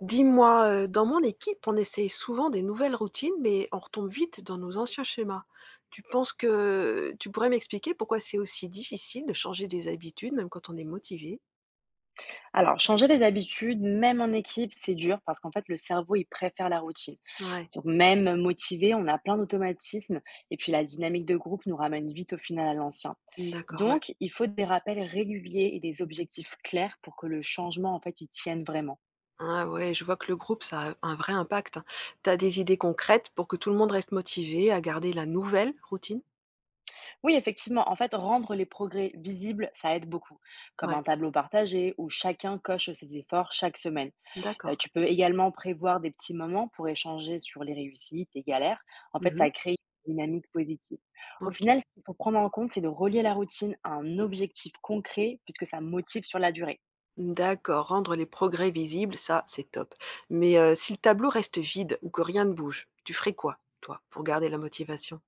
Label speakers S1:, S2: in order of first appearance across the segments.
S1: Dis-moi, dans mon équipe, on essaye souvent des nouvelles routines, mais on retombe vite dans nos anciens schémas. Tu penses que tu pourrais m'expliquer pourquoi c'est aussi difficile de changer des habitudes, même quand on est motivé?
S2: Alors, changer les habitudes, même en équipe, c'est dur parce qu'en fait, le cerveau, il préfère la routine.
S1: Ouais,
S2: Donc, même motivé, on a plein d'automatismes et puis la dynamique de groupe nous ramène vite au final à l'ancien.
S1: d'accord, ouais.
S2: Donc, il faut des rappels réguliers et des objectifs clairs pour que le changement, en fait, il tienne vraiment.
S1: Ah ouais, je vois que le groupe, ça a un vrai impact, hein. Tu as des idées concrètes pour que tout le monde reste motivé à garder la nouvelle routine?
S2: Oui, effectivement, en fait, rendre les progrès visibles, ça aide beaucoup, comme
S1: Ouais,
S2: un tableau partagé où chacun coche ses efforts chaque semaine.
S1: d'accord.
S2: Tu peux également prévoir des petits moments pour échanger sur les réussites, les galères. En fait,
S1: Mmh.
S2: ça crée une dynamique positive. Au
S1: OK.
S2: final, ce qu'il faut prendre en compte, c'est de relier la routine à un objectif concret puisque ça motive sur la durée.
S1: D'accord, rendre les progrès visibles, ça, c'est top. Mais si le tableau reste vide ou que rien ne bouge, tu ferais quoi, toi, pour garder la motivation?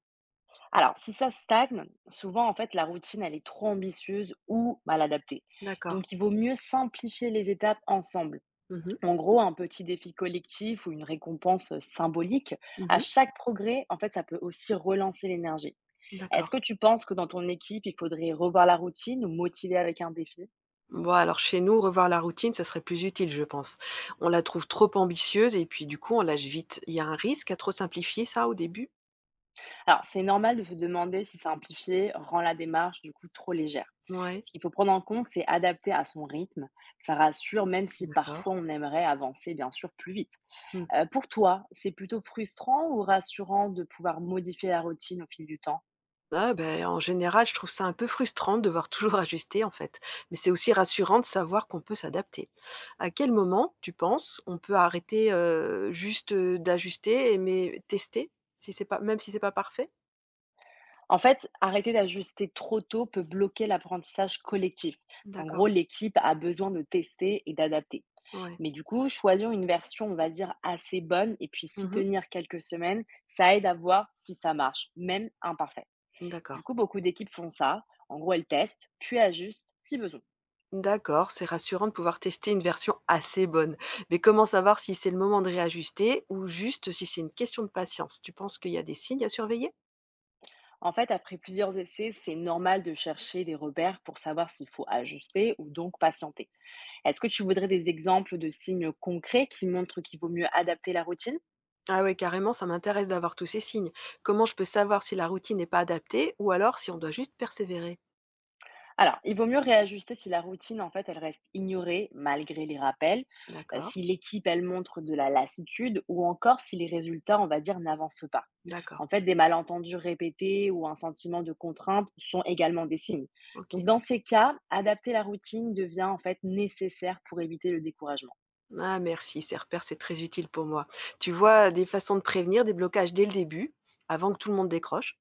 S2: Alors si ça stagne, souvent, en fait, la routine, elle est trop ambitieuse ou mal adaptée.
S1: D'accord.
S2: Donc il vaut mieux simplifier les étapes ensemble.
S1: Mmh mh.
S2: En gros, un petit défi collectif ou une récompense, symbolique. À
S1: Mmh.
S2: chaque progrès, en fait, ça peut aussi relancer l'énergie. Est-ce que
S1: D'accord.
S2: tu penses que dans ton équipe, il faudrait revoir la routine ou motiver avec un défi?
S1: Bon, alors chez nous, revoir la routine, ça serait plus utile, je pense. On la trouve trop ambitieuse et puis du coup, on lâche vite. Il y a un risque à trop simplifier ça, au début?
S2: Alors, c'est normal de se demander si simplifier rend la démarche du coup trop légère.
S1: Ouais,
S2: Ce qu'il faut prendre en compte, c'est adapter à son rythme. Ça rassure, même si
S1: d'accord.
S2: parfois on aimerait avancer bien sûr plus vite.
S1: Mmh.
S2: Pour toi, c'est plutôt frustrant ou rassurant de pouvoir modifier la routine au fil du temps?
S1: Ah beh, en général, je trouve ça un peu frustrant de devoir toujours ajuster en fait, mais c'est aussi rassurant de savoir qu'on peut s'adapter. À quel moment, tu penses, on peut arrêter, juste, d'ajuster et mais tester? Si c'est pas Même si c'est pas parfait?
S2: En fait, arrêter d'ajuster trop tôt peut bloquer l'apprentissage collectif. En gros,
S1: D'accord,
S2: l'équipe a besoin de tester et d'adapter.
S1: ouais.
S2: Mais du coup, choisir une version, on va dire, assez bonne et puis s'y
S1: Mmh.
S2: tenir quelques semaines, ça aide à voir si ça marche, même imparfait.
S1: D'accord.
S2: Du coup, beaucoup d'équipes font ça. En gros, elles testent, puis ajustent si besoin.
S1: D'accord, c'est rassurant de pouvoir tester une version assez bonne, mais comment savoir si c'est le moment de réajuster ou juste si c'est une question de patience? Tu penses qu'il y a des signes à surveiller?
S2: En fait, après plusieurs essais, c'est normal de chercher des repères pour savoir s'il faut ajuster ou donc patienter. Est-ce que tu voudrais des exemples de signes concrets qui montrent qu'il vaut mieux adapter la routine?
S1: Ah ouais, carrément, ça m'intéresse d'avoir tous ces signes. Comment je peux savoir si la routine n'est pas adaptée ou alors si on doit juste persévérer?
S2: Alors, il vaut mieux réajuster si la routine, en fait, elle reste ignorée malgré les rappels,
S1: D'accord,
S2: si l'équipe, elle montre de la lassitude ou encore si les résultats, on va dire, n'avancent pas.
S1: d'accord,
S2: En fait, des malentendus répétés ou un sentiment de contrainte sont également des signes. Donc,
S1: ok.
S2: dans ces cas, adapter la routine devient, en fait, nécessaire pour éviter le découragement.
S1: Ah merci, ces repères, c'est très utile pour moi. Tu vois des façons de prévenir des blocages dès le début, avant que tout le monde décroche?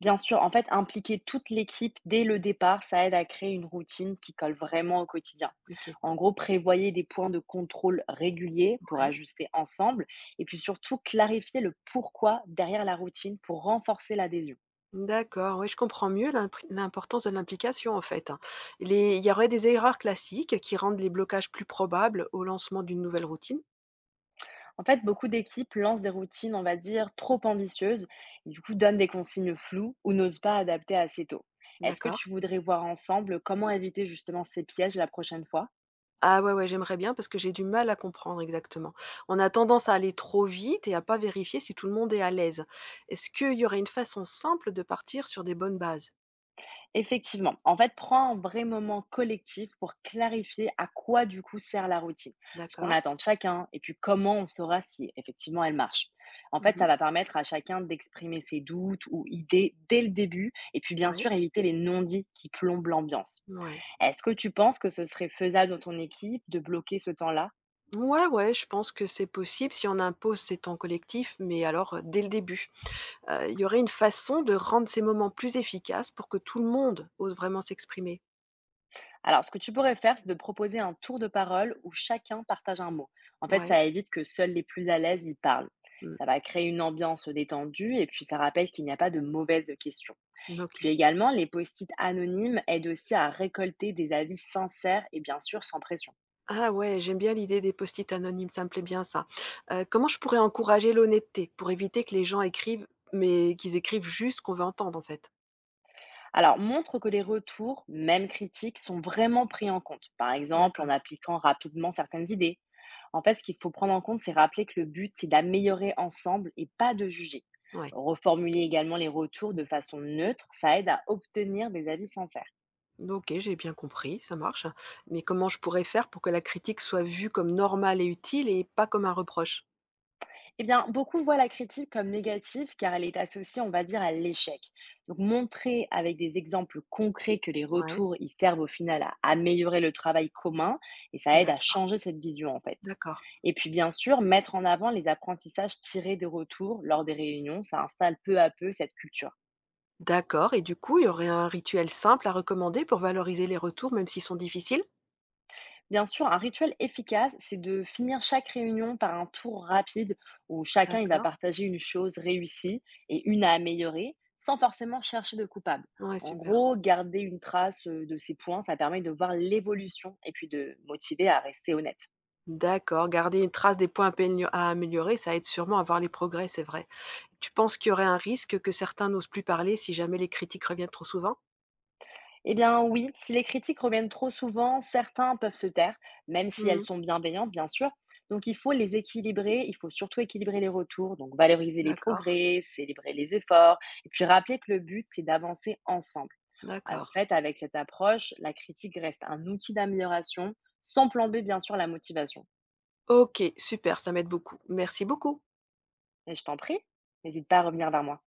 S2: Bien sûr, en fait, impliquer toute l'équipe dès le départ, ça aide à créer une routine qui colle vraiment au quotidien.
S1: Ok,
S2: En gros, prévoyez des points de contrôle réguliers pour
S1: ouais.
S2: ajuster ensemble et puis surtout clarifier le pourquoi derrière la routine pour renforcer l'adhésion.
S1: D'accord, oui, je comprends mieux l'importance de l'implication, en fait, hein. Les Il y aurait des erreurs classiques qui rendent les blocages plus probables au lancement d'une nouvelle routine?
S2: En fait, beaucoup d'équipes lancent des routines, on va dire, trop ambitieuses et du coup donnent des consignes floues ou n'osent pas adapter assez tôt. Est-ce que tu
S1: D'accord.
S2: voudrais voir ensemble comment éviter justement ces pièges la prochaine fois?
S1: Ah ouais, ouais, j'aimerais bien parce que j'ai du mal à comprendre exactement. On a tendance à aller trop vite et à pas vérifier si tout le monde est à l'aise. Est-ce qu'il y aurait une façon simple de partir sur des bonnes bases?
S2: Effectivement. En fait, prends un vrai moment collectif pour clarifier à quoi du coup sert la routine, ce qu'on
S1: D'accord.
S2: attend de chacun et puis comment on saura si effectivement elle marche. En fait, ça
S1: Mmh.
S2: va permettre à chacun d'exprimer ses doutes ou idées dès le début et puis bien
S1: Ouais,
S2: sûr éviter les non-dits qui plombent l'ambiance.
S1: ouais.
S2: Est-ce que tu penses que ce serait faisable dans ton équipe de bloquer ce temps-là?
S1: Ouais, ouais, je pense que c'est possible si on impose ces temps collectifs, mais alors, dès le début. Il y aurait une façon de rendre ces moments plus efficaces pour que tout le monde ose vraiment s'exprimer.
S2: Alors, ce que tu pourrais faire, c'est de proposer un tour de parole où chacun partage un mot. En fait,
S1: Ouais.
S2: ça évite que seuls les plus à l'aise y parlent.
S1: Mmh.
S2: Ça va créer une ambiance détendue et puis ça rappelle qu'il n'y a pas de mauvaises questions.
S1: OK.
S2: Puis également, les post-it anonymes aident aussi à récolter des avis sincères et bien sûr sans pression.
S1: Ah ouais, j'aime bien l'idée des post-it anonymes, ça me plaît bien ça. Comment je pourrais encourager l'honnêteté pour éviter que les gens écrivent, mais qu'ils écrivent juste ce qu'on veut entendre en fait?
S2: Alors, montre que les retours, même critiques, sont vraiment pris en compte. Par exemple, en
S1: D'accord,
S2: appliquant rapidement certaines idées. En fait, ce qu'il faut prendre en compte, c'est rappeler que le but, c'est d'améliorer ensemble et pas de juger.
S1: ouais.
S2: Reformuler également les retours de façon neutre, ça aide à obtenir des avis sincères.
S1: OK, j'ai bien compris, ça marche. Mais comment je pourrais faire pour que la critique soit vue comme normale et utile et pas comme un reproche?
S2: Eh bien, beaucoup voient la critique comme négative car elle est associée, on va dire, à l'échec. Donc, montrer avec des exemples concrets que les
S1: Ouais,
S2: retours, ils servent au final à améliorer le travail commun et ça aide à
S1: d'accord,
S2: changer cette vision, en fait.
S1: d'accord.
S2: Et puis, bien sûr, mettre en avant les apprentissages tirés des retours lors des réunions, ça installe peu à peu cette culture.
S1: D'accord et du coup, il y aurait un rituel simple à recommander pour valoriser les retours, même s'ils sont difficiles?
S2: Bien sûr, un rituel efficace, c'est de finir chaque réunion par un tour rapide où chacun il va
S1: D'accord.
S2: partager une chose réussie et une à améliorer sans forcément chercher de coupable.
S1: Ouais,
S2: En
S1: super.
S2: gros, garder une trace de ces points, ça permet de voir l'évolution et puis de motiver à rester honnête.
S1: D'accord, garder une trace des points à améliorer, ça aide sûrement à voir les progrès, c'est vrai. Tu penses qu'il y aurait un risque que certains n'osent plus parler si jamais les critiques reviennent trop souvent?
S2: Eh bien oui, si les critiques reviennent trop souvent, certains peuvent se taire, même si elles
S1: Mhm.
S2: sont bienveillantes, bien sûr. Donc il faut les équilibrer, il faut surtout équilibrer les retours, donc valoriser les
S1: D'accord,
S2: progrès, célébrer les efforts, et puis rappeler que le but, c'est d'avancer ensemble. Ah, en
S1: d'accord.
S2: fait, avec cette approche, la critique reste un outil d'amélioration, sans plomber bien sûr la motivation.
S1: Ok, super, ça m'aide beaucoup. Merci beaucoup.
S2: Et je t'en prie, n'hésite pas à revenir vers moi.